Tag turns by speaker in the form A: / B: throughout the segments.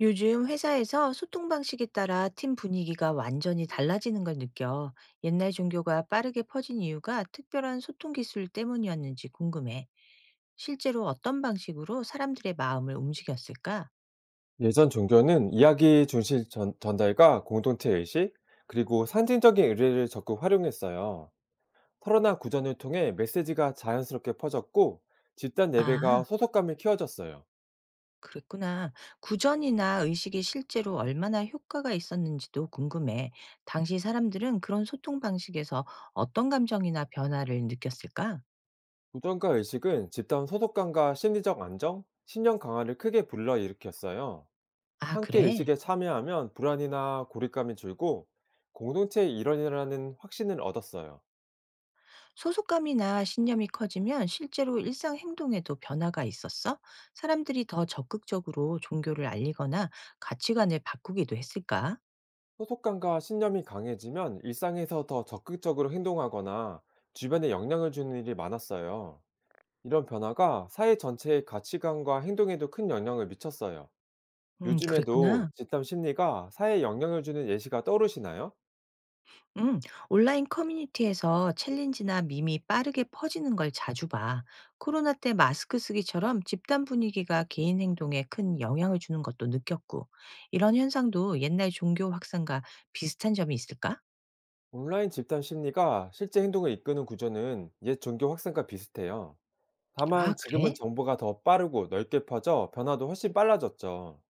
A: 요즘 회사에서 소통 방식에 따라 팀 분위기가 완전히 달라지는 걸 느껴. 옛날 종교가 빠르게 퍼진 이유가 특별한 소통 기술 때문이었는지 궁금해. 실제로 어떤 방식으로 사람들의 마음을 움직였을까?
B: 예전 종교는 이야기 중심 전달과 공동체 의식, 그리고 상징적인 의뢰를 적극 활용했어요. 설화나 구전을 통해 메시지가 자연스럽게 퍼졌고, 집단 예배가
A: 아,
B: 소속감을 키워졌어요.
A: 그랬구나. 구전이나 의식이 실제로 얼마나 효과가 있었는지도 궁금해. 당시 사람들은 그런 소통 방식에서 어떤 감정이나 변화를 느꼈을까?
B: 구전과 의식은 집단 소속감과 심리적 안정, 신념 강화를 크게 불러일으켰어요.
A: 아,
B: 함께
A: 그래.
B: 의식에 참여하면 불안이나 고립감이 줄고, 공동체의 일원이라는 확신을 얻었어요.
A: 소속감이나 신념이 커지면 실제로 일상 행동에도 변화가 있었어? 사람들이 더 적극적으로 종교를 알리거나 가치관을 바꾸기도 했을까?
B: 소속감과 신념이 강해지면 일상에서 더 적극적으로 행동하거나 주변에 영향을 주는 일이 많았어요. 이런 변화가 사회 전체의 가치관과 행동에도 큰 영향을 미쳤어요. 요즘에도
A: 그랬구나.
B: 집단 심리가 사회에 영향을 주는 예시가 떠오르시나요?
A: 음, 온라인 커뮤니티에서 챌린지나 밈이 빠르게 퍼지는 걸 자주 봐. 코로나 때 마스크 쓰기처럼 집단 분위기가 개인 행동에 큰 영향을 주는 것도 느꼈고, 이런 현상도 옛날 종교 확산과 비슷한 점이 있을까?
B: 온라인 집단 심리가 실제 행동을 이끄는 구조는 옛 종교 확산과 비슷해요.
A: 아,
B: 다만 지금은
A: 그래?
B: 정보가 더 빠르고 넓게 퍼져 변화도 훨씬 빨라졌죠.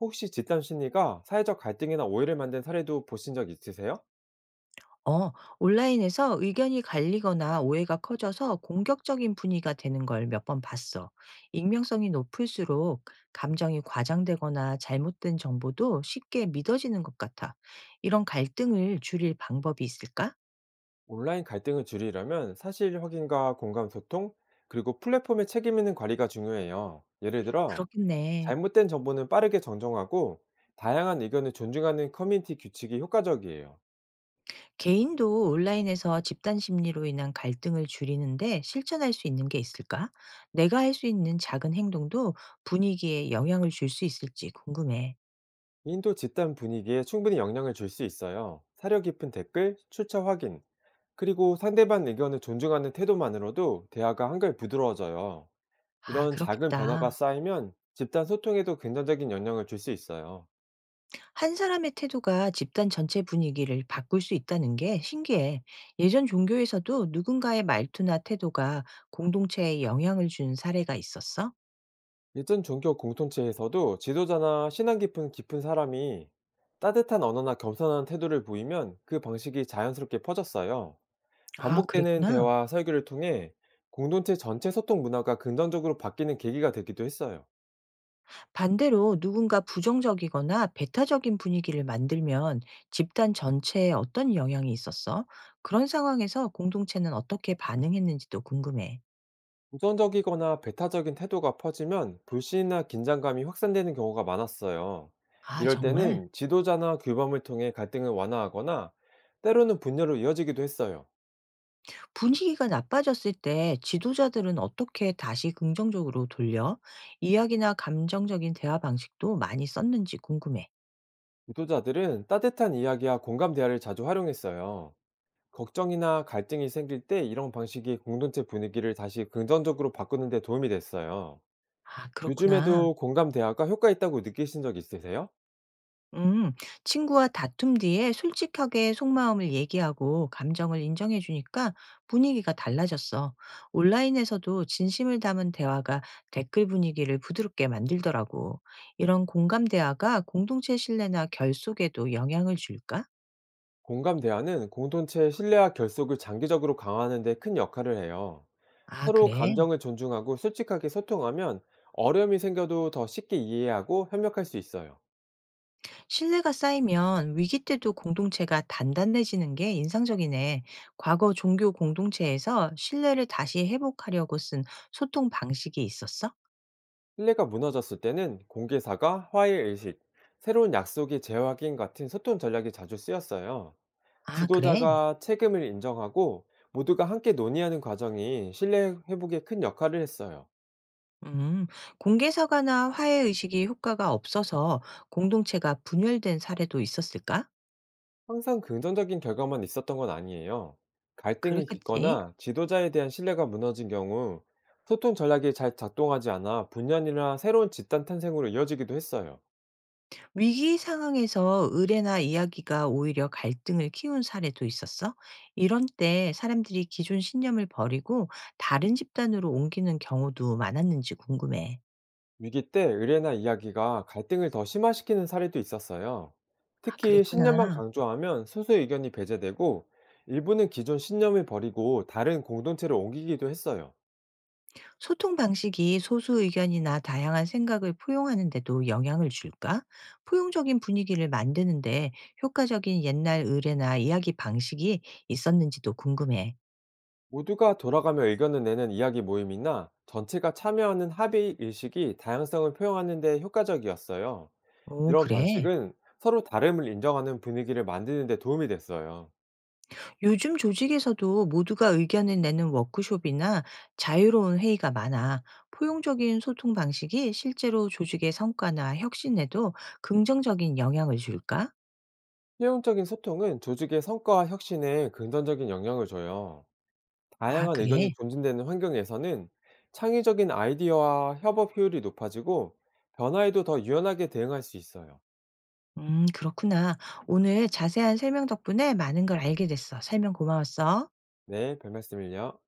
B: 혹시 집단 심리가 사회적 갈등이나 오해를 만든 사례도 보신 적 있으세요?
A: 어, 온라인에서 의견이 갈리거나 오해가 커져서 공격적인 분위기가 되는 걸 몇 번 봤어. 익명성이 높을수록 감정이 과장되거나 잘못된 정보도 쉽게 믿어지는 것 같아. 이런 갈등을 줄일 방법이 있을까?
B: 온라인 갈등을 줄이려면 사실 확인과 공감 소통, 그리고 플랫폼의 책임 있는 관리가 중요해요. 예를 들어,
A: 그렇겠네.
B: 잘못된 정보는 빠르게 정정하고, 다양한 의견을 존중하는 커뮤니티 규칙이 효과적이에요.
A: 개인도 온라인에서 집단 심리로 인한 갈등을 줄이는데 실천할 수 있는 게 있을까? 내가 할 수 있는 작은 행동도 분위기에 영향을 줄 수 있을지 궁금해.
B: 인도 집단 분위기에 충분히 영향을 줄 수 있어요. 사려 깊은 댓글, 출처 확인, 그리고 상대방 의견을 존중하는 태도만으로도 대화가 한결 부드러워져요.
A: 아,
B: 이런 작은 변화가
A: 그렇겠다.
B: 쌓이면 집단 소통에도 긍정적인 영향을 줄 수 있어요.
A: 한 사람의 태도가 집단 전체 분위기를 바꿀 수 있다는 게 신기해. 예전 종교에서도 누군가의 말투나 태도가 공동체에 영향을 준 사례가 있었어?
B: 예전 종교 공동체에서도 지도자나 신앙 깊은 사람이 따뜻한 언어나 겸손한 태도를 보이면 그 방식이 자연스럽게 퍼졌어요.
A: 아,
B: 반복되는
A: 그랬구나.
B: 대화, 설교를 통해 공동체 전체 소통 문화가 긍정적으로 바뀌는 계기가 되기도 했어요.
A: 반대로 누군가 부정적이거나 배타적인 분위기를 만들면 집단 전체에 어떤 영향이 있었어? 그런 상황에서 공동체는 어떻게 반응했는지도 궁금해.
B: 우선적이거나 배타적인 태도가 퍼지면 불신이나 긴장감이 확산되는 경우가 많았어요.
A: 아,
B: 이럴
A: 정말?
B: 때는 지도자나 규범을 통해 갈등을 완화하거나 때로는 분열로 이어지기도 했어요.
A: 분위기가 나빠졌을 때 지도자들은 어떻게 다시 긍정적으로 돌려? 이야기나 감정적인 대화 방식도 많이 썼는지 궁금해.
B: 유도자들은 따뜻한 이야기와 공감 대화를 자주 활용했어요. 걱정이나 갈등이 생길 때 이런 방식이 공동체 분위기를 다시 긍정적으로 바꾸는 데 도움이 됐어요.
A: 아, 그렇구나.
B: 요즘에도 공감 대화가 효과 있다고 느끼신 적 있으세요?
A: 음, 친구와 다툼 뒤에 솔직하게 속마음을 얘기하고 감정을 인정해 주니까 분위기가 달라졌어. 온라인에서도 진심을 담은 대화가 댓글 분위기를 부드럽게 만들더라고. 이런 공감 대화가 공동체 신뢰나 결속에도 영향을 줄까?
B: 공감 대화는 공동체의 신뢰와 결속을 장기적으로 강화하는 데 큰 역할을 해요.
A: 아,
B: 서로
A: 그래.
B: 감정을 존중하고 솔직하게 소통하면 어려움이 생겨도 더 쉽게 이해하고 협력할 수 있어요.
A: 신뢰가 쌓이면 위기 때도 공동체가 단단해지는 게 인상적이네. 과거 종교 공동체에서 신뢰를 다시 회복하려고 쓴 소통 방식이 있었어?
B: 신뢰가 무너졌을 때는 공개사과, 화해의식, 새로운 약속의 재확인 같은 소통 전략이 자주 쓰였어요.
A: 아, 그래?
B: 지도자가 책임을 인정하고 모두가 함께 논의하는 과정이 신뢰 회복에 큰 역할을 했어요.
A: 음, 공개 사과나 화해 의식이 효과가 없어서 공동체가 분열된 사례도 있었을까?
B: 항상 긍정적인 결과만 있었던 건 아니에요. 갈등이
A: 그렇겠지.
B: 깊거나 지도자에 대한 신뢰가 무너진 경우 소통 전략이 잘 작동하지 않아 분열이나 새로운 집단 탄생으로 이어지기도 했어요.
A: 위기 상황에서 의뢰나 이야기가 오히려 갈등을 키운 사례도 있었어. 이런 때 사람들이 기존 신념을 버리고 다른 집단으로 옮기는 경우도 많았는지 궁금해.
B: 위기 때 의뢰나 이야기가 갈등을 더 심화시키는 사례도 있었어요.
A: 아,
B: 특히 신념만
A: 그랬구나.
B: 강조하면 소수 의견이 배제되고 일부는 기존 신념을 버리고 다른 공동체로 옮기기도 했어요.
A: 소통 방식이 소수 의견이나 다양한 생각을 포용하는데도 영향을 줄까? 포용적인 분위기를 만드는데 효과적인 옛날 의뢰나 이야기 방식이 있었는지도 궁금해.
B: 모두가 돌아가며 의견을 내는 이야기 모임이나 전체가 참여하는 합의 의식이 다양성을 표현하는 데 효과적이었어요.
A: 오,
B: 이런
A: 그래.
B: 방식은 서로 다름을 인정하는 분위기를 만드는 데 도움이 됐어요.
A: 요즘 조직에서도 모두가 의견을 내는 워크숍이나 자유로운 회의가 많아 포용적인 소통 방식이 실제로 조직의 성과나 혁신에도 긍정적인 영향을 줄까?
B: 효용적인 소통은 조직의 성과와 혁신에 긍정적인 영향을 줘요.
A: 아,
B: 다양한
A: 그래.
B: 의견이 존중되는 환경에서는 창의적인 아이디어와 협업 효율이 높아지고 변화에도 더 유연하게 대응할 수 있어요.
A: 그렇구나. 오늘 자세한 설명 덕분에 많은 걸 알게 됐어. 설명 고마웠어.
B: 네, 별 말씀을요.